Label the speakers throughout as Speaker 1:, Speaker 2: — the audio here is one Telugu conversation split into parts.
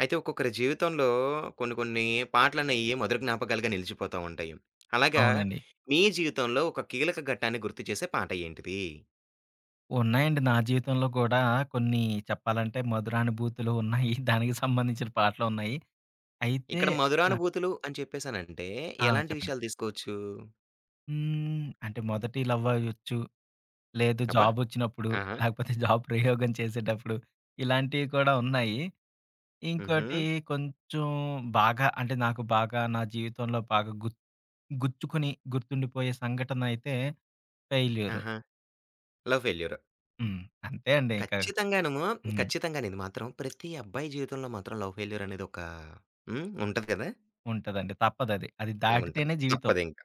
Speaker 1: అయితే ఒక్కొక్కరి జీవితంలో కొన్ని కొన్ని పాటలనేయి మధుర జ్ఞాపకాలుగా నిలిచిపోతా ఉంటాయి. అలాగా
Speaker 2: అవునండి.
Speaker 1: మీ జీవితంలో ఒక కీలక ఘట్టాన్ని గుర్తు చేసే పాట ఏంటిది?
Speaker 2: ఉన్నాయండి. నా జీవితంలో కూడా కొన్ని చెప్పాలంటే మధురానుభూతులు ఉన్నాయి. దానికి సంబంధించిన పాటలున్నాయి. అయితే
Speaker 1: ఇక్కడ
Speaker 2: నాకు
Speaker 1: మధురానుభూతులు అని చెప్పేసనంటే
Speaker 2: ఆ,
Speaker 1: ఎలాంటి
Speaker 2: చెప్పండి.
Speaker 1: విషయాలు తీసుకోవచ్చు?
Speaker 2: హ్మ్, అంటే మొదటి లవ్ అవ్వచ్చు. లేదు,
Speaker 1: అబ్బా!
Speaker 2: జాబొచ్చినప్పుడు,
Speaker 1: ఆహా!
Speaker 2: లేకపోతే జాబ్ ప్రయోగం చేసేటప్పుడు ఇలాంటివి కూడా ఉన్నాయి.
Speaker 1: హుహు.
Speaker 2: ఇంకోటి కొంచెం బాగా అంటే నాకు బాగా నా జీవితంలో బాగా గుచ్చుకొని గుర్తుండిపోయే సంఘటనయితే ఫెయిల్యూరు.
Speaker 1: ఆహా! Love failure.
Speaker 2: హ్మ్. అంతే అండి. ఇంకా
Speaker 1: ఖచ్చితంగాను,
Speaker 2: హ్మ్.
Speaker 1: ఖచ్చితంగాను ఇది మాత్రం ప్రతి అబ్బాయి జీవితంలో మాత్రం లవ్ ఫెయిల్యూర్ అనేది ఒక హ్మ్. ఉంటది కదా!
Speaker 2: ఉంటదండి. తప్పదది. అది అది
Speaker 1: ఉంటది.
Speaker 2: దాటితేనే జీవితం.
Speaker 1: తప్పదింక.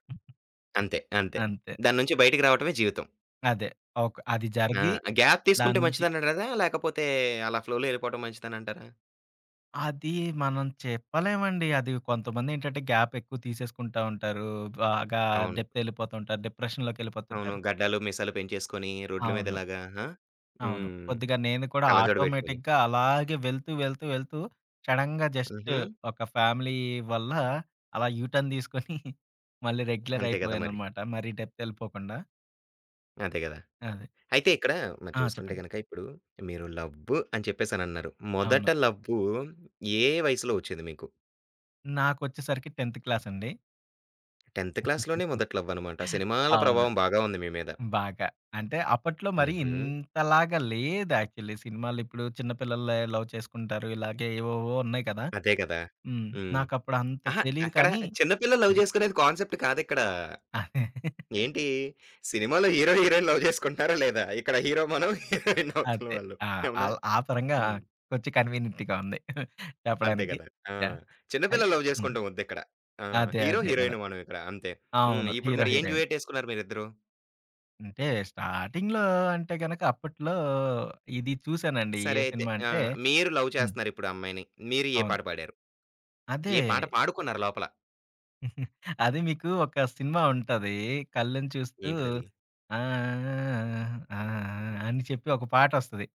Speaker 1: అంతే. అంతే.
Speaker 2: అంతే.
Speaker 1: దాని నుంచి బయటికి రావటమే జీవితం.
Speaker 2: అదే. ఒక అది
Speaker 1: ఆ!
Speaker 2: జరిగి
Speaker 1: గ్యాప్
Speaker 2: దాని
Speaker 1: తీసుకుంటే
Speaker 2: నుంచి
Speaker 1: మంచిదనంటారా? లేకపోతే అలా ఫ్లోలో ఎళ్ళిపోవటం మంచిదనంటారా?
Speaker 2: అది మనం చెప్పలేమండి. అది కొంతమందేంటంటే గ్యాప్ ఎక్కువ తీసేసుకుంటా ఉంటారు. బాగా
Speaker 1: అవును.
Speaker 2: డెప్త్ ఎళ్ళిపోతుంటారు.
Speaker 1: అవును.
Speaker 2: డిప్రెషన్‌లోకెళ్ళిపోతుంటారు.
Speaker 1: గడ్డాలు, మీసాలు పెంచేసుకొని రోడ్ల మీద
Speaker 2: అవును.
Speaker 1: ఇలాగా ఆ!
Speaker 2: అవును,
Speaker 1: హ్మ్.
Speaker 2: కొద్దిగా నేను కూడా
Speaker 1: కళ్ళజోడు పెట్టుకొని.
Speaker 2: ఆటోమేటిక్‌గా అలాగే వెళ్తూ, వెళ్తూ, వెళ్తూ సడెన్‌గా జస్ట్
Speaker 1: హుహు.
Speaker 2: ఒక ఫ్యామిలీ వల్ల అలా యూ టర్న్ తీసుకొని మళ్ళీ రెగ్యులర్
Speaker 1: అంతే కదా మరి.
Speaker 2: అయిపోయాననమాట. మరీ డెప్త్ ఎళ్ళిపోకుండా.
Speaker 1: అదే గదా!
Speaker 2: అదే.
Speaker 1: అయితే ఇక్కడ మరి
Speaker 2: ఆ,
Speaker 1: చూసుకుంటే
Speaker 2: చెప్పండి.
Speaker 1: గనక ఇప్పుడు మీరు లవ్వు అని చెప్పేసనన్నారు. మొదట
Speaker 2: అవును.
Speaker 1: లవ్వు ఏ వయసులో ఒచ్చింది మీకు?
Speaker 2: నాకొచ్చేసరికి 10థ్ క్లాస్ అండి.
Speaker 1: 10థ్ క్లాస్‌లోనే మొదటి లవ్వనమాట. సినిమాల
Speaker 2: అవును.
Speaker 1: ప్రభావం బాగా ఉంది మీ మీద.
Speaker 2: బాగా. అంటే అప్పట్లో మరి
Speaker 1: హుహు.
Speaker 2: ఇంతలాగా లేదు యాక్చువల్లీ సినిమాలు. ఇప్పుడు చిన్న పిల్లలే లవ్ చేసుకుంటారు. ఇలాగే ఏవేవో ఉన్నాయి కదా.
Speaker 1: అదే గదా!
Speaker 2: హ్మ్.
Speaker 1: హ్మ్.
Speaker 2: నాకప్పుడు అంత
Speaker 1: అహా!
Speaker 2: తెలీదు
Speaker 1: అక్కడ
Speaker 2: కానీ
Speaker 1: చిన్న పిల్లలు లవ్
Speaker 2: హ్మ్.
Speaker 1: జేసుకునేది కాన్సెప్ట్ కాదిక్కడ.
Speaker 2: అదే.
Speaker 1: ఏంటి? సినిమాలో హీరో, హీరోయిన్ లవ్ చేసుకుంటున్నారా లేదా? ఇక్కడ హీరో మనం, హీరోయిన్ అవతల
Speaker 2: అదే.
Speaker 1: వాళ్ళు.
Speaker 2: ఆ,
Speaker 1: అవునా?
Speaker 2: ఆల్ ఆ పరంగా
Speaker 1: హ్మ్.
Speaker 2: కొంచెం కన్వీనియంట్‌గా ఉంది
Speaker 1: అంతే
Speaker 2: చెప్పడానికి.
Speaker 1: కదా! ఆ!
Speaker 2: యాహ్!
Speaker 1: చిన్న పిల్లలు
Speaker 2: అయితే
Speaker 1: లవ్
Speaker 2: హ్మ్.
Speaker 1: చేసుకుంటం వద్దిక్కడ. ఆ!
Speaker 2: అదే.
Speaker 1: హీరో,
Speaker 2: అదే కదా.
Speaker 1: హీరోయిన్ మనం ఇక్కడ అంతే. హ్మ్.
Speaker 2: అవును,
Speaker 1: ఇప్పుడు
Speaker 2: హీరో,
Speaker 1: మరి ఏం
Speaker 2: హీరోయిన్.
Speaker 1: డ్యూయెట్ ఏసుకున్నారు మీరిద్దరూ?
Speaker 2: అంటే స్టార్టింగ్‌లో అంటే గనక అప్పట్లో ఇది చూసానండి. ఏ
Speaker 1: సరే అయితే
Speaker 2: సినిమా
Speaker 1: ఆ!
Speaker 2: అంటే
Speaker 1: మీరు లవ్
Speaker 2: హ్మ్.
Speaker 1: చేస్తున్నారిప్పుడు ఆ అమ్మాయిని. మీరు ఏ
Speaker 2: అవును.
Speaker 1: పాట పాడారు?
Speaker 2: అదే.
Speaker 1: ఏ పాట పాడుకున్నారు లోపల?
Speaker 2: అది మీకు ఒక సినిమా ఉంటది. కళ్ళని చూస్తూ
Speaker 1: ఏంటిదది?
Speaker 2: ఆ, ఆ, ఆ, అని చెప్పి ఒక పాటొస్తది.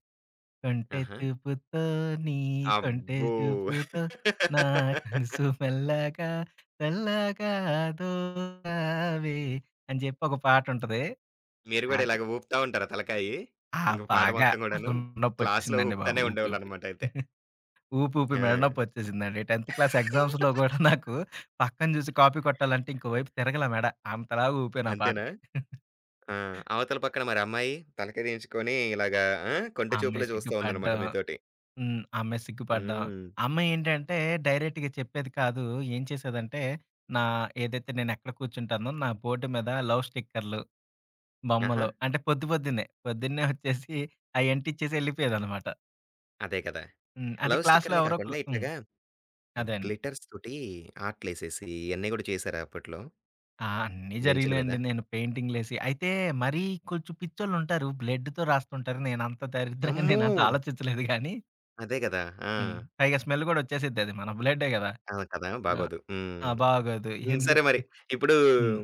Speaker 2: కొంటె
Speaker 1: ఆహా!
Speaker 2: చూపుతో నీ కొంటె
Speaker 1: అబ్బో!
Speaker 2: చూపుతో నా కనుసు మెల్లగా చల్లగా దోచావే అని చెప్పి ఒక పాటుంటది.
Speaker 1: మీరు గూడా
Speaker 2: అది
Speaker 1: ఇలాగ ఊపుతా ఉంటారా తలకాయి?
Speaker 2: ఆ
Speaker 1: ఇంక పాట
Speaker 2: బాగా
Speaker 1: మొత్తం గూడాను?
Speaker 2: అసలు
Speaker 1: క్లాస్‌లో
Speaker 2: నొప్పొచ్చేసిందండి బాబు.
Speaker 1: ఊపుతానే
Speaker 2: ఊపి ఊపి.
Speaker 1: ఉండేవాళ్ళనమాట అయితే.
Speaker 2: ఊపి ఊపి మెడ
Speaker 1: ఆ!
Speaker 2: నొప్పొచ్చేసిందండి. 10థ్ క్లాస్ ఎగ్జామ్స్‌లో గూడా నాకు పక్కన జూసి కాపీ కొట్టాలంటే ఇంకో వైపు తిరగల మెడ. అంతలా ఊపాను ఆ
Speaker 1: అంతేనా?
Speaker 2: పాటకి.
Speaker 1: ఆ! అవతల పక్కన మరి అమ్మాయి తలకాయ దించుకొని ఇలాగా ఆ!
Speaker 2: ఆ
Speaker 1: కొంటె
Speaker 2: అమ్మాయి
Speaker 1: చూపులే చూస్తా ఉందన్నమాట
Speaker 2: సిగ్గుపడడం.
Speaker 1: మీతోటి.
Speaker 2: హ్మ్. ఆ అమ్మాయి సిగ్గుపడడం.
Speaker 1: హ్మ్.
Speaker 2: అమ్మాయేంటంటే డైరెక్ట్‌గా చెప్పేది కాదు. ఏం చేసేదంటే నా ఏదైతే నేనెక్కడ కూర్చుంటానో నా బోర్డ్ మీద లవ్ స్టిక్కర్‌లు,
Speaker 1: ఆహా!
Speaker 2: బొమ్మలు అంటే పొద్దున్నే ఒచ్చేసి అయి అంటిచ్చేసి ఎళ్ళిపోయేదనమాట.
Speaker 1: అదే కదా!
Speaker 2: హ్మ్, అంటే
Speaker 1: లవ్
Speaker 2: క్లాస్‌లో
Speaker 1: స్టిక్కర్‌లే
Speaker 2: ఎవరో
Speaker 1: కాకుండా
Speaker 2: ఒకళ్ళు హ్మ్.
Speaker 1: ఇట్లాగా
Speaker 2: అదే అండి.
Speaker 1: గ్లిటర్స్ తోటి ఆర్ట్‌లేసేసి ఇయన్నీ గూడా చేసారా అప్పట్లో
Speaker 2: ఆ, అన్నీ
Speaker 1: బెంచుల
Speaker 2: జరిగినాయండి.
Speaker 1: మీద?
Speaker 2: నేను పెయింటింగ్‌లేసి అయితే మరీ కొంచెం పిచ్చోళ్ళుంటారు. బ్లడ్‌తో రాస్తుంటారు.
Speaker 1: అమ్మో!
Speaker 2: నేనంత ఆలోచించలేదు గానీ
Speaker 1: అదే గదా! ఆ!
Speaker 2: హ్మ్. పైగా స్మెల్ గూడా వచ్చేసిద్దది. మన బ్లడ్డే గదా.
Speaker 1: అవును కదా!
Speaker 2: ఆ.
Speaker 1: బాగోదు.
Speaker 2: ఆ,
Speaker 1: హ్మ్.
Speaker 2: బాగోదు.
Speaker 1: హ్మ్.
Speaker 2: ఎందుకు
Speaker 1: సరే మరి. ఇప్పుడు
Speaker 2: హ్మ్.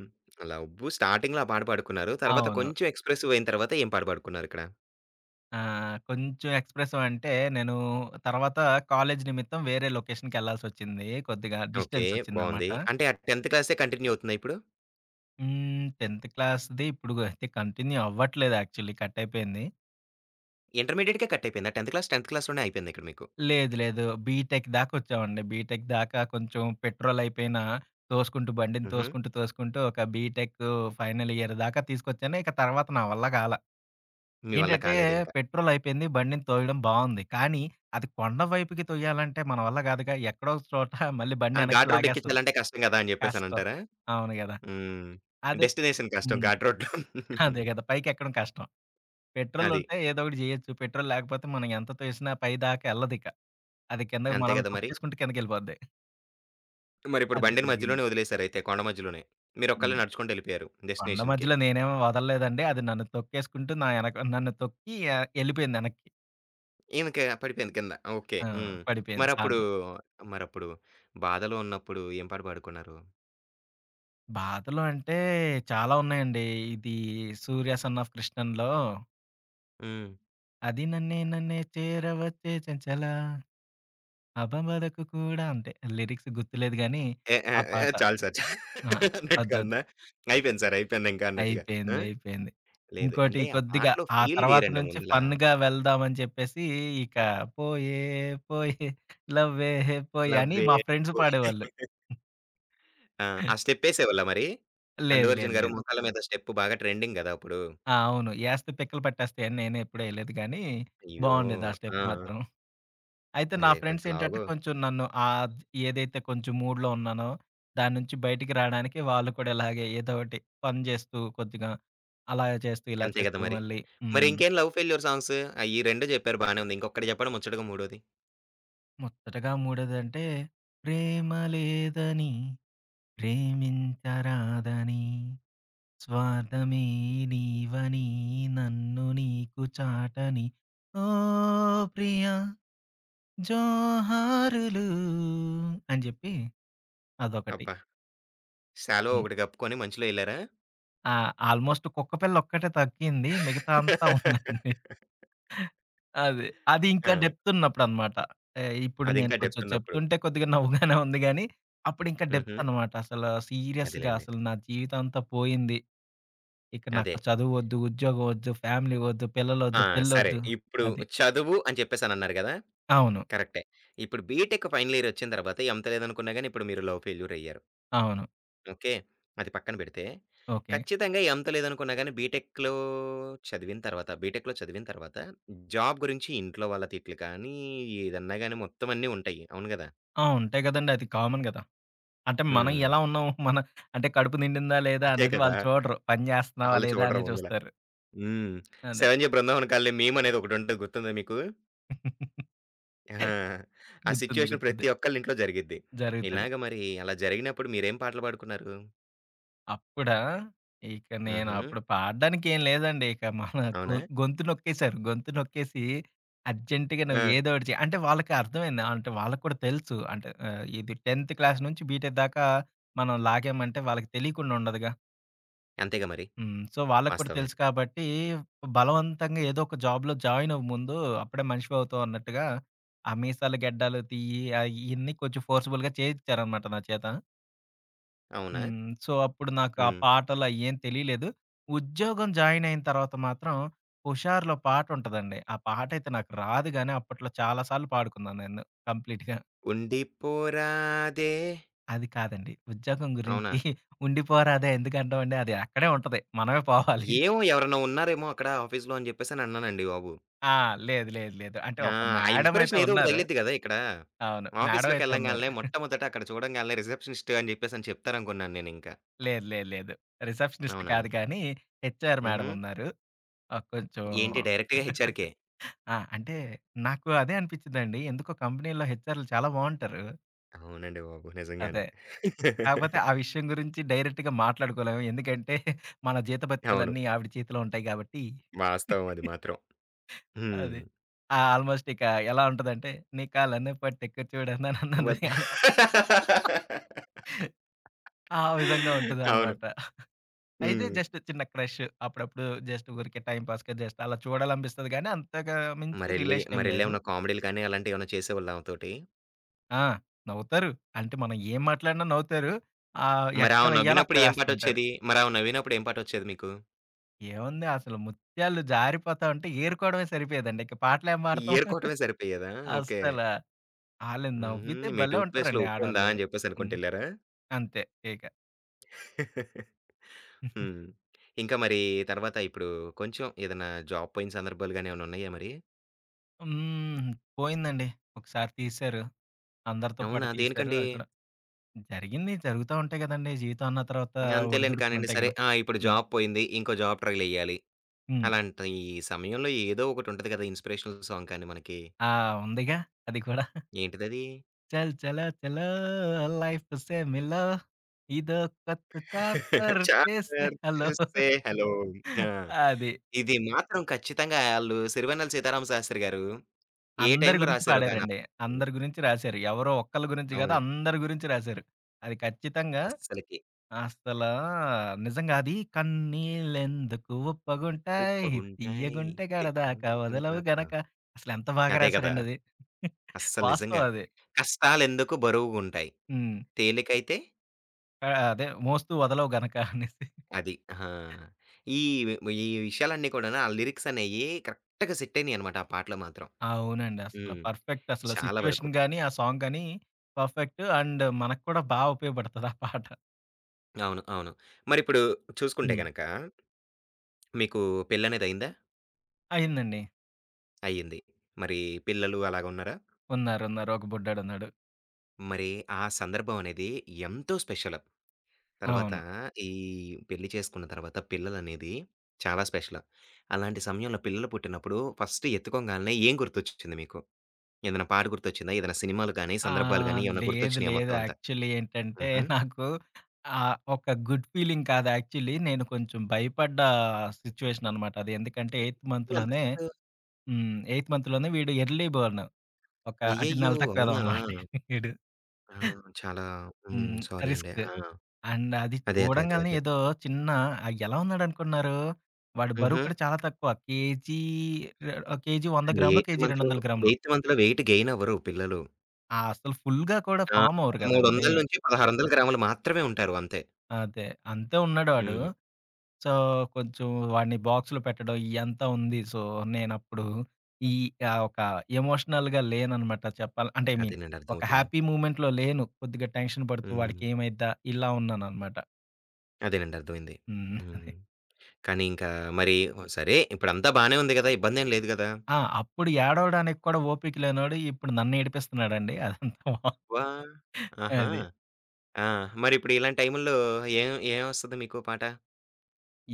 Speaker 1: లవ్వు స్టార్టింగ్‌లో ఆ పాట పాడుకున్నారు. తర్వాత
Speaker 2: అవును.
Speaker 1: కొంచెం ఎక్స్‌ప్రెసివ్ అయిన తర్వాత ఏం పాట పాడుకున్నారిక్కడ?
Speaker 2: ఆ, కొంచెం ఎక్స్‌ప్రెసివ్ అంటే నేను తర్వాత కాలేజీ నిమిత్తం వేరే లొకేషన్‌కెళ్ళాల్సొచ్చింది. కొద్దిగా
Speaker 1: ఓకే. బావుంది.
Speaker 2: డిస్టెన్సొచ్చిందనమాట.
Speaker 1: అంటే ఆ 10థ్ క్లాసే కంటిన్యూ అవుతుందా ఇప్పుడు?
Speaker 2: హ్మ్. 10థ్ క్లాస్‌ది ఇప్పుడు అయితే కంటిన్యూ అవ్వట్లేదు యాక్చువల్లీ కట్ అయిపోయింది.
Speaker 1: ఇంటర్మీడియేట్‌కే కట్ అయిపోయిందా? 10థ్ క్లాస్, 10థ్ క్లాస్‌లోనే అయిపోయింది ఇక్కడ మీకు.
Speaker 2: లేదు, లేదు. బీటెక్ దాకొచ్చామండి. బీటెక్ దాకా కొంచెం పెట్రోల్ అయిపోయినా తోసుకుంటూ బండిని
Speaker 1: హుహు.
Speaker 2: తోసుకుంటూ, తోసుకుంటూ ఒక బీటెక్ ఫైనల్ ఇయర్ దాకా తీసుకొచ్చాను. ఇక తర్వాత నా వల్ల కాలా.
Speaker 1: మీ వల్ల
Speaker 2: ఏంటంటే
Speaker 1: కాలేదింక.
Speaker 2: పెట్రోల్ అయిపోయింది. బండిని తోయడం బావుంది. కానీ అది కొండ వైపుకి తొయ్యాలంటే మన వల్ల కాదుగా. ఎక్కడో ఒక చోట మళ్ళీ బండి
Speaker 1: ఆ!
Speaker 2: వెనక్కి
Speaker 1: ఘాట్ రోడ్
Speaker 2: లాగేస్తది.
Speaker 1: ఎక్కించాలంటే కష్టం గదా! అని
Speaker 2: కష్టం.
Speaker 1: జెప్పేసనంటారా?
Speaker 2: అవును గదా.
Speaker 1: హ్మ్.
Speaker 2: అదే
Speaker 1: డెస్టినేషన్ కష్టం
Speaker 2: హ్మ్.
Speaker 1: ఘాట్ రోడ్‌లో.
Speaker 2: అదే గదా. పైకెక్కడం కష్టం. పెట్రోల్
Speaker 1: అది.
Speaker 2: ఉంటే ఏదో ఒకటి చేయొచ్చు. పెట్రోల్ లేకపోతే మనం ఎంత తోసినా పైదాకా ఎళ్ళదిక. అది కింద మనం తొక్కేసుకుంటే కిందకి
Speaker 1: అంతే
Speaker 2: మనల్ని
Speaker 1: గదా మరి.
Speaker 2: తొక్కేసుకుంటూ కిందకెళ్ళిపోద్ది.
Speaker 1: మరిప్పుడు
Speaker 2: అదే
Speaker 1: బండిని
Speaker 2: జరిగింది.
Speaker 1: మధ్యలోనే వదిలేసారయితే కొండ మధ్యలోనే.
Speaker 2: హ్మ్.
Speaker 1: మీరొక్కళ్ళే నడుచుకుంటెళ్ళిపోయారు
Speaker 2: కొండ
Speaker 1: డెస్టినేషన్‌కి.
Speaker 2: మధ్యలో నేనేమి వదలలేదండి. అది నన్ను తొక్కేసుకుంటూ నా ఎనక నన్ను తొక్కి ఆహ్, ఎళ్ళిపోయింది వెనక్కి.
Speaker 1: ఈమెకి పడిపోయింది కింద. ఓకే.
Speaker 2: ఆ,
Speaker 1: హ్మ్.
Speaker 2: పడిపోయింది
Speaker 1: మరప్పుడు
Speaker 2: సాయంత్రం.
Speaker 1: మరప్పుడు బాధలో ఉన్నప్పుడు ఏం పాట పాడుకున్నారు?
Speaker 2: బాధలు అంటే చాలా ఉన్నాయండి. ఇది 'సూర్య సన్ ఆఫ్ కృష్ణన్‌లో'
Speaker 1: హ్మ్.
Speaker 2: అది నన్నే నన్నే చేరవచ్చే చంచల అభమదకు కూడా అంటే లిరిక్స్ గుర్తులేదు గానీ
Speaker 1: ఏ ఏ
Speaker 2: ఆ
Speaker 1: ఏ
Speaker 2: పాట.
Speaker 1: చాలు సార్.
Speaker 2: ఆ,
Speaker 1: చా అన్నట్టుగా
Speaker 2: అదొ
Speaker 1: అందా? అయిపోయింది సార్ అయిపోయిందింక అన్నట్టుగా. ఆ!
Speaker 2: అయిపోయింది. అయిపోయింది.
Speaker 1: లేదు.
Speaker 2: ఇంకోటి
Speaker 1: అంటే ఆ
Speaker 2: కొద్దిగా
Speaker 1: పాటలో
Speaker 2: ఆ
Speaker 1: ఫీల్
Speaker 2: తర్వాత
Speaker 1: వేరండి
Speaker 2: నుంచి
Speaker 1: ముందల.
Speaker 2: ఫన్‌గా వెళ్దామని చెప్పేసి ఇక పోయే పోయే లవ్వే పోయే అని
Speaker 1: లవ్వే.
Speaker 2: మా ఫ్రెండ్స్
Speaker 1: ఓకే.
Speaker 2: పాడేవాళ్ళు.
Speaker 1: ఆ! ఆ స్టెప్పేసేవాళ్ళా మరి? అల్లు
Speaker 2: లేదు, లేదు,
Speaker 1: అర్జున్ గారు
Speaker 2: లేదు.
Speaker 1: 'మోకాళ్ళ మీద స్టెప్' బాగా ట్రెండింగ్ గదా! అప్పుడు.
Speaker 2: ఆ, అవును. ఏస్తే పిక్కలు పట్టేస్తాయి అని నేను ఎప్పుడు ఎయలేదు గానీ,
Speaker 1: అయ్యో!
Speaker 2: బావుండేది ఆ స్టెప్
Speaker 1: ఆ!
Speaker 2: మాత్రం. అయితే నా
Speaker 1: అదే
Speaker 2: ఫ్రెండ్స్
Speaker 1: కొంచెం
Speaker 2: ఏంటంటే
Speaker 1: లావుగా
Speaker 2: కొంచెం నన్ను ఆద్ ఏదైతే కొంచెం మూడ్‌లో ఉన్నానో దాని నుంచి బయటికి రాడానికి వాళ్ళు కూడా ఇలాగే ఏదో ఒకటి ఫన్ చేస్తూ కొద్దిగా అలా చేస్తూ, ఇలా
Speaker 1: అంతే గదా!
Speaker 2: చేస్తూ
Speaker 1: మరి.
Speaker 2: మళ్ళీ
Speaker 1: మరి
Speaker 2: హ్మ్.
Speaker 1: ఇంకేం లవ్ ఫెయిల్యూర్ సాంగ్స్? ఆహ్, ఈ 2 జెప్పారు బానే ఉంది. ఇంకొకటి జెప్పండి ముచ్చటగా మూడోది.
Speaker 2: ముచ్చటగా మూడోదంటే, ప్రేమ లేదని, ప్రేమించరాదని, స్వార్థమే నీవని, నన్ను నీకు చాటని, ఓ ప్రియా జోహారులు అని జెప్పి అదొకటి.
Speaker 1: అబ్బా! 'షాలో'
Speaker 2: హ్మ్.
Speaker 1: ఒకటి కప్పుకొని మంచులో ఎళ్లారా?
Speaker 2: ఆ, ఆల్మోస్ట్ కుక్కపిల్ల ఒక్కటే తగ్గింది. మిగతా అంతా ఉందండి. అది. అది ఇంకా
Speaker 1: ఆ!
Speaker 2: డెప్తున్నప్పుడనమాట. ఆహ్, ఇప్పుడు
Speaker 1: అది
Speaker 2: నేను
Speaker 1: ఇంకా
Speaker 2: కొంచెం
Speaker 1: డెప్త్ ఉన్నప్పుడు.
Speaker 2: చెప్తుంటే కొద్దిగా నవ్వుగానే ఉంది గానీ, అప్పుడింకా
Speaker 1: హుహు.
Speaker 2: డెప్తనమాట. అసలు సీరియస్‌గా
Speaker 1: అదేలెండి.
Speaker 2: అసలు నా జీవితం అంతా పోయింది. ఇక
Speaker 1: అదే.
Speaker 2: నాకు చదువొద్దు, ఉద్యోగం ఒద్దు, ఫ్యామిలీ ఒద్దు,
Speaker 1: ఆ!
Speaker 2: పిల్లలొద్దు,
Speaker 1: సరే.
Speaker 2: పెళ్ళొద్దు.
Speaker 1: ఇప్పుడు
Speaker 2: అది.
Speaker 1: 'చదువు' అని చెప్పేసనన్నారు గదా!
Speaker 2: అవును.
Speaker 1: కరెక్టే. ఇప్పుడు బీటెక్ ఫైనల్ ఇయర్ వచ్చిన తర్వాత ఎంత్ లేదనుకున్నా గాని ఇప్పుడు మీరు లవ్ ఫెయిల్యూర్ అయ్యారు.
Speaker 2: అవును.
Speaker 1: ఓకే. అది పక్కన పెడితే
Speaker 2: ఓకే.
Speaker 1: ఖచ్చితంగా ఎంత్ లేదనుకున్నా గాని బీటెక్‌లో చదివిన తర్వాత బీటెక్‌లో చదివిన తర్వాత జాబ్ గురించి ఇంట్లో వాళ్ళ తిట్లు కానీ, ఏదన్నా గాని మొత్తం అన్నీ ఉంటాయి. అవును గదా!
Speaker 2: ఆ, ఉంటాయి గదండీ. అది కామన్ గదా. అంటే మనం
Speaker 1: హ్మ్.
Speaker 2: ఎలా ఉన్నాం, మన అంటే కడుపు నిండిందా లేదా
Speaker 1: అదే
Speaker 2: అనేది
Speaker 1: కదా!
Speaker 2: వాళ్ళు చూడరు. పని జేస్తన్నావా
Speaker 1: ఆళ్ళు
Speaker 2: లేదా
Speaker 1: చూడరు
Speaker 2: అనే
Speaker 1: ముందుల.
Speaker 2: చూస్తారు.
Speaker 1: హ్మ్.
Speaker 2: అదే.
Speaker 1: 'శివంజీ బృందావన్ కాలనీ' మీమ్ అనేది ఒకటుంటది గుర్తుందా మీకు? ఆ! ఆ
Speaker 2: గుర్తుంది.
Speaker 1: సిట్యుయేషన్
Speaker 2: గుర్తుంది.
Speaker 1: ప్రతి ఒక్కళ్ళ ఇంట్లో జరిగిద్ది.
Speaker 2: జరుగుతది.
Speaker 1: ఇలాగ మరి అలా జరిగినప్పుడు మీరేం పాటలు పాడుకున్నారు?
Speaker 2: అప్పుడా? ఇక నేను
Speaker 1: హుహు.
Speaker 2: అప్పుడు పాడడానికి ఏం లేదండి. ఇక మన గొ
Speaker 1: అవునా?
Speaker 2: గొంతు నొక్కేసారు. గొంతు నొక్కేసి అర్జెంట్‌గా నువ్వు
Speaker 1: ఆ!
Speaker 2: ఏదో ఒకటి చెయి. అంటే వాళ్ళకి అర్థమైంది. అంటే వాళ్ళకి కూడా తెలుసు. అంటే ఆహ్, ఇది 10థ్ క్లాస్ నుంచి బీటెక్ దాకా మనం లాగామంటే వాళ్ళకి తెలియకుండా ఉండదుగా.
Speaker 1: అంతేగా మరి.
Speaker 2: హ్మ్. సో, వాళ్ళకి కూడా తెలుసు
Speaker 1: వాస్తవమేది.
Speaker 2: కాబట్టి బలవంతంగా ఏదో ఒక జాబ్‌లో జాయిన్ అవ్వు ముందు. అప్పుడే మనిషివవుతావు అన్నట్టుగా ఆ మీసాలు, గెడ్డాలు తీయి, అయి ఇయన్నీ కొంచెం ఫోర్సబుల్‌గా చేయించారనమాట నా చేత.
Speaker 1: అవునా?
Speaker 2: హ్మ్. సో, అప్పుడు నాకు ఆ
Speaker 1: హ్మ్.
Speaker 2: పాటలయ్యేం తెలీలేదు. ఉద్యోగం జాయిన్ అయిన తర్వాత మాత్రం 'హుషారు'లో పాటుంటదండి. ఆ పాటైతే నాకు రాదు గానీ, అప్పట్లో చాలా సార్లు పాడుకున్నాను నేను కంప్లీట్‌గా.
Speaker 1: ఉండిపోరాదే
Speaker 2: అది కాదండి. ఉద్యోగం
Speaker 1: అవునా?
Speaker 2: గురించి ఉండిపోరాదే ఎందుకంటామండి, అది అక్కడే ఉంటది. మనమే పోవాలి.
Speaker 1: ఏమో ఎవరైనా ఉన్నారేమో అక్కడ ఆఫీస్‌లో అని జెప్పేసని అన్నానండి బాబు.
Speaker 2: ఆ, లేదు, లేదు, లేదు. అంటే
Speaker 1: ఆ!
Speaker 2: ఒక
Speaker 1: ఆ
Speaker 2: మేడమయితే
Speaker 1: ఇన్‌స్పిరేషన్ ఏదో ఒకటి
Speaker 2: ఉన్నారు.
Speaker 1: తగిలిద్ది గదా! ఇక్కడ.
Speaker 2: అవును. మేడమయితే ఉన్నారు.
Speaker 1: ఆఫీస్‌లోకెళ్ళంగాల్నే మొట్టమొదట అక్కడ చూడంగాల్నే రిసెప్షనిస్ట్ అని జెప్పేసని చెప్తారనుకున్నాను నేనింకా.
Speaker 2: లేదు, లేదు, లేదు. రిసెప్షనిస్ట్
Speaker 1: అవునా?
Speaker 2: కాదు కానీ, హెచ్ఆర్
Speaker 1: హుహు.
Speaker 2: మేడమున్నారు. ఆహ్, కొంచెం
Speaker 1: ఏంటి డైరెక్ట్‌గా హెచ్‌ఆర్‌కే.
Speaker 2: ఆ, అంటే నాకు అదే అనిపించిందండి. ఎందుకో కంపెనీలో హెచ్ఆర్‌లు చాలా బావుంటారు.
Speaker 1: అవునండి బాబు.
Speaker 2: అదే.
Speaker 1: నిజంగానే.
Speaker 2: కాకపోతే ఆ విషయం గురించి డైరెక్ట్‌గా మాట్లాడుకోలేము. ఎందుకంటే మన
Speaker 1: అవును.
Speaker 2: జీతభత్యాలన్నీ ఆవిడ చేతిలో ఉంటాయి గాబట్టి.
Speaker 1: వాస్తవం అది మాత్రం. హ్మ్.
Speaker 2: అది. ఆ, ఆల్‌మోస్ట్ ఇక ఎలా ఉంటదంటే, "నీ కాళ్ళను పట్టెక్కు చూడనన్నది"
Speaker 1: వద్
Speaker 2: ఆ విధంగా
Speaker 1: అవును.
Speaker 2: ఉంటదనమాట. అయితే
Speaker 1: హ్మ్.
Speaker 2: జస్ట్ చిన్న క్రష్. అప్పుడప్పుడు జస్ట్ ఊరికే టైమ్ పాస్‌గా జస్ట్ అలా చూడాలనిపిస్తది గానీ, అంతగా మించి
Speaker 1: మరెళ్ళి
Speaker 2: రిలేషన్ ఏం లేదు.
Speaker 1: మరెళ్ళేమన్నా కామెడీలు కానీ అలాంటియేమన్నా చేసేవాళ్ళా ఆమెతోటి?
Speaker 2: ఆ, నవ్వుతారు. అంటే మనం ఏం మాట్లాడినా నవ్వుతారు. ఆహ్,
Speaker 1: మరి
Speaker 2: ఎక్కడ
Speaker 1: ఆమె
Speaker 2: వెయ్యాలో
Speaker 1: నవ్వినప్పుడు
Speaker 2: అక్కడ
Speaker 1: ఏం
Speaker 2: వేస్తూ ఉంటారు.
Speaker 1: పాటొచ్చేది? మరి ఆమె నవ్వినప్పుడు ఏం పాటొచ్చేది మీకు?
Speaker 2: ఏముంది అసలు ముత్యాలు జారిపోతా ఉంటే ఏరుకోవడమే సరిపోయేదండి. ఇంక పాటలేం పాడతాం.
Speaker 1: ఏరుకోవటమే సరిపోయేదా? ఓకే.
Speaker 2: అస్సల. ఆళ్ళు
Speaker 1: హుహు.
Speaker 2: నవ్వితే
Speaker 1: మీ
Speaker 2: భలే
Speaker 1: టూత్ పేస్ట్‌లో
Speaker 2: ఉంటారండి
Speaker 1: ఉప్పుందా
Speaker 2: ఆడోళ్ళు.
Speaker 1: అని
Speaker 2: హ్మ్.
Speaker 1: జెప్పేసనుకుంటెళ్లారా?
Speaker 2: అంతే ఇక.
Speaker 1: హ్మ్. ఇంకా మరి తర్వాత ఇప్పుడు కొంచెం ఏదన్నా జాబ్ పోయిన సందర్భాలు గాని ఏమన్నా ఉన్నాయా మరి?
Speaker 2: హ్మ్. పోయిందండి. ఒకసారి తీశారు. అందరితో పాటు
Speaker 1: అవునా?
Speaker 2: తీశారు.
Speaker 1: దేనికండి?
Speaker 2: అది కూడా జరిగింది. జరుగుతా ఉంటాయి గదండీ. జీవితం అన్న తర్వాత
Speaker 1: అంతేలెండి కానియండి.
Speaker 2: ఒడిదుడుకులుంటాయి
Speaker 1: సరే
Speaker 2: గదా.
Speaker 1: ఆ! ఇప్పుడు
Speaker 2: హ్మ్.
Speaker 1: జాబ్ పోయింది. ఇంకో జాబ్ ట్రైలెయ్యాలి.
Speaker 2: హ్మ్.
Speaker 1: అలాంటి సమయంలో ఏదో ఒకటుంటది గదా! ఇన్‌స్పిరేషనల్ సాంగ్ కానీ మనకి.
Speaker 2: ఆ, ఉందిగా అది కూడా.
Speaker 1: ఏంటిదది?
Speaker 2: చల్ చలో చలో లైఫ్‌సే మిలో ఇదో కొత్త చాప్టర్ చేసే
Speaker 1: చాప్టర్
Speaker 2: హలో.
Speaker 1: సే హలో. ఆ!
Speaker 2: అది.
Speaker 1: ఇది మాత్రం ఖచ్చితంగా ఆళ్ళు సిరివెన్నెల సీతారామ శాస్త్రి గారు ఏ
Speaker 2: అందరి
Speaker 1: టైమ్‌లో
Speaker 2: గురించి
Speaker 1: రాసారో గాని ఆ
Speaker 2: పాడారండి.
Speaker 1: పాటని.
Speaker 2: అందరి గురించి రాశారు. ఎవరో ఒక్కళ్ళ గురించి కాదు,
Speaker 1: అవును.
Speaker 2: అందరి గురించి రాశారు. అది ఖచ్చితంగా
Speaker 1: అస్సలకి.
Speaker 2: అసలా నిజంగా అది కన్నీళ్ళెందుకు ఉప్పగుంటాయి
Speaker 1: ఉప్పగుంటాయి
Speaker 2: తియ్యగుంటె గడదాకా
Speaker 1: తెగింతల
Speaker 2: వదలవు
Speaker 1: కడదాకా.
Speaker 2: గనక అసలెంత బాగా
Speaker 1: అదే గదా!
Speaker 2: రాశారండి అది.
Speaker 1: అస్సలు నిజంగా.
Speaker 2: వాస్తవం అది.
Speaker 1: కష్టాలెందుకు బరువుగుంటాయి.
Speaker 2: హ్మ్.
Speaker 1: తేలికైతే
Speaker 2: ఆహ్, అదే మోస్తూ వదలవు గనక అనేసి.
Speaker 1: అది. ఆ! ఈ ఈ విషయాలన్నీ కూడాను ఆ లిరిక్స్ అనేయి కరెక్ట్‌గా సెట్ అయినాయన్నమాట ఆ పాటలో మాత్రం.
Speaker 2: అవునండి. అసల
Speaker 1: హ్మ్.
Speaker 2: పర్ఫెక్ట్ అసల
Speaker 1: చాలా వరకు.
Speaker 2: సిట్యుయేషన్ గాని, ఆ సాంగ్ గాని పర్ఫెక్ట్. అండ్ మనకు కూడా బా ఉపయోగపడతది ఆ పాట.
Speaker 1: అవును. అవును. మరిప్పుడు చూసుకుంటే
Speaker 2: హ్మ్.
Speaker 1: గనక మీకు పెళ్ళనేదయిందా?
Speaker 2: అయిందండి.
Speaker 1: అయింది. మరి పిల్లలు అలాగున్నారా?
Speaker 2: ఉన్నారు. ఉన్నారు. ఒక బుడ్డోడున్నాడు.
Speaker 1: మరి ఆ సందర్భం అనేది ఎంతో స్పెషల్. తర్వాత
Speaker 2: అవును.
Speaker 1: ఈ పెళ్లి చేసుకున్న తర్వాత పిల్లలనేది చాలా స్పెషల్. అలాంటి సమయంలో పిల్లలు పుట్టినప్పుడు ఫస్ట్ ఎత్తుకోంగాల్నే ఏం గుర్తొచ్చింది మీకు? ఏదైనా పాట గుర్తొచ్చిందా? ఏదైనా సినిమాలు గాని, సందర్భాలు గాని
Speaker 2: ఆహ్,
Speaker 1: ఏమన్నా
Speaker 2: లేదు,
Speaker 1: గుర్తొచ్చినాయా
Speaker 2: లేదు.
Speaker 1: మొత్తం అంతా?
Speaker 2: యాక్చువల్లీ ఏంటంటే
Speaker 1: హుహు.
Speaker 2: నాకు ఆహ్, ఒక గుడ్ ఫీలింగ్ కాదు యాక్చువల్లీ. నేను కొంచెం భయపడ్డ సిట్యుయేషన్ అనమాట అది. ఎందుకంటే 8థ్ మంత్‌లోనే
Speaker 1: ఎంతసేపు
Speaker 2: హ్మ్. 8థ్ మంత్‌లోనే వీడు ఎర్లీ బోర్న్. ఒక అంటే నెల
Speaker 1: అయ్యయ్యో!
Speaker 2: తక్కువ ఎదవ
Speaker 1: అవునా?
Speaker 2: అనమాట వీడు.
Speaker 1: ఆ! చాలా హ్మ్.
Speaker 2: హ్మ్.
Speaker 1: సారీ అండి.
Speaker 2: రిస్క్.
Speaker 1: ఆ!
Speaker 2: అండ్ అది
Speaker 1: అదే. అదే. అదే.
Speaker 2: చూడంగాల్నే
Speaker 1: అదే.
Speaker 2: ఏదో చిన్న ఆహ్, ఎలా ఉన్నాడనుకున్నారు? వాడి బరువు
Speaker 1: హుహు.
Speaker 2: కూడా చాలా తక్కువ. కేజీ రె కేజీ 100 గ్రాములో,
Speaker 1: 8
Speaker 2: కేజీ
Speaker 1: మంత్‌లో,
Speaker 2: 200 గ్రాములు.
Speaker 1: 8 మంత్‌లో వెయిట్ గెయిన్ అవ్వరు పిల్లలు.
Speaker 2: ఆహ్, అసలు ఫుల్‌గా కూడా
Speaker 1: ఆ!
Speaker 2: ఫార్మ్ అవ్వరు గదండీ.
Speaker 1: 1300-1600 గ్రాములు మాత్రమే ఉంటారు అంతే.
Speaker 2: అదే. అంతే ఉన్నాడు వాడు.
Speaker 1: హ్మ్.
Speaker 2: సో, కొంచెం వాడిని బాక్స్‌లో పెట్టడం ఇయ్యంతా ఉంది. సో, నేనప్పుడు ఈ ఆహ్, ఒక ఎమోషనల్‌గా లేననమాట చెప్పాల అంటే ఐ మీన్
Speaker 1: అదేనండి
Speaker 2: ఒక
Speaker 1: అర్థమవుతుంది.
Speaker 2: హ్యాపీ మూమెంట్‌లో లేను. కొద్దిగా టెన్షన్ పడుతూ
Speaker 1: హ్మ్.
Speaker 2: వాడికేమైద్దా ఇలా ఉన్నాననమాట.
Speaker 1: అదేనండి అర్థమైంది. హ్మ్.
Speaker 2: హ్మ్.
Speaker 1: కానీ ఇంకా మరి సరే ఇప్పుడంతా బానే ఉంది గదా! ఇబ్బందేం లేదు గదా!
Speaker 2: ఆ, అప్పుడు ఏడవడానికి కూడా ఓపిక లేనోడు ఇప్పుడు నన్నేడిపిస్తున్నాడండి. అదంతా మా
Speaker 1: వా ఆహా!
Speaker 2: అది.
Speaker 1: ఆ! మరిప్పుడు ఇలాంటి టైముల్లో ఏం ఏమొస్తది మీకు పాట?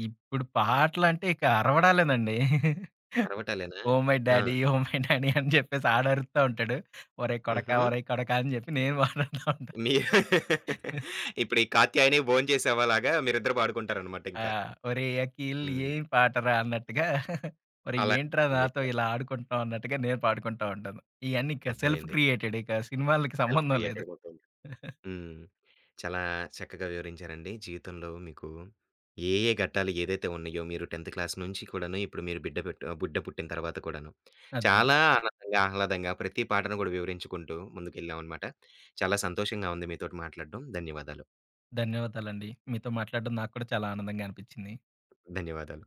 Speaker 2: ఇప్పుడు పాటలంటే ఇక అరవడాలేనండి.
Speaker 1: అరవటాలేనా?
Speaker 2: ఓహ్ మై
Speaker 1: ఆ!
Speaker 2: డాడీ, ఓహ్ మై డాడీ అని చెప్పేసి ఆడరుతా ఉంటాడు. ఒరేయ్ కొడకా,
Speaker 1: హుహు.
Speaker 2: ఒరేయ్ కొడకా అని చెప్పి నేను మాట్లాడుతా ఉంటాను.
Speaker 1: మీ ఇప్పుడు ఈ 'కాత్యాయని భోంచేసావా' లాగా మీరిద్దరు పాడుకుంటారనమాట
Speaker 2: ఆ,
Speaker 1: ఇంకా.
Speaker 2: ఒరేయ్ అఖిల్
Speaker 1: హ్మ్.
Speaker 2: ఏం పాటరా అన్నట్టుగా ఒరేయ్
Speaker 1: అలా
Speaker 2: ఏంట్రా నాతో
Speaker 1: ఉంటుందిక్కడ.
Speaker 2: ఇలా ఆడుకుంటున్నావు అన్నట్టుగా నేను పాడుకుంటా ఉంటాను. ఇయన్నీ ఇక సెల్ఫ్
Speaker 1: అర్థమైంది.
Speaker 2: క్రియేటెడ్ ఇక సినిమాలకి
Speaker 1: సెల్ఫ్
Speaker 2: సంబంధం లేదు.
Speaker 1: క్రియేటెడ్ మొత్తం. హ్మ్. చాలా చక్కగా వివరించారండి. జీవితంలో మీకు ఏ, ఏ ఘట్టాలు ఏదైతే ఉన్నాయో మీరు 10థ్ క్లాస్ నుంచి కూడాను, ఇప్పుడు మీరు బిడ్డ పెట్ బిడ్డ పుట్టిన తర్వాత కూడాను.
Speaker 2: అదే.
Speaker 1: చాలా ఆనందంగా, ఆహ్లాదంగా ప్రతి పాటను కూడా వివరించుకుంటూ ముందుకెళ్ళామనమాట. చాలా సంతోషంగా ఉంది మీతోటి మాట్లాడడం. ధన్యవాదాలు.
Speaker 2: ధన్యవాదాలండి. మీతో మాట్లాడడం నాకు కూడా చాలా ఆనందంగా అనిపించింది.
Speaker 1: ధన్యవాదాలు.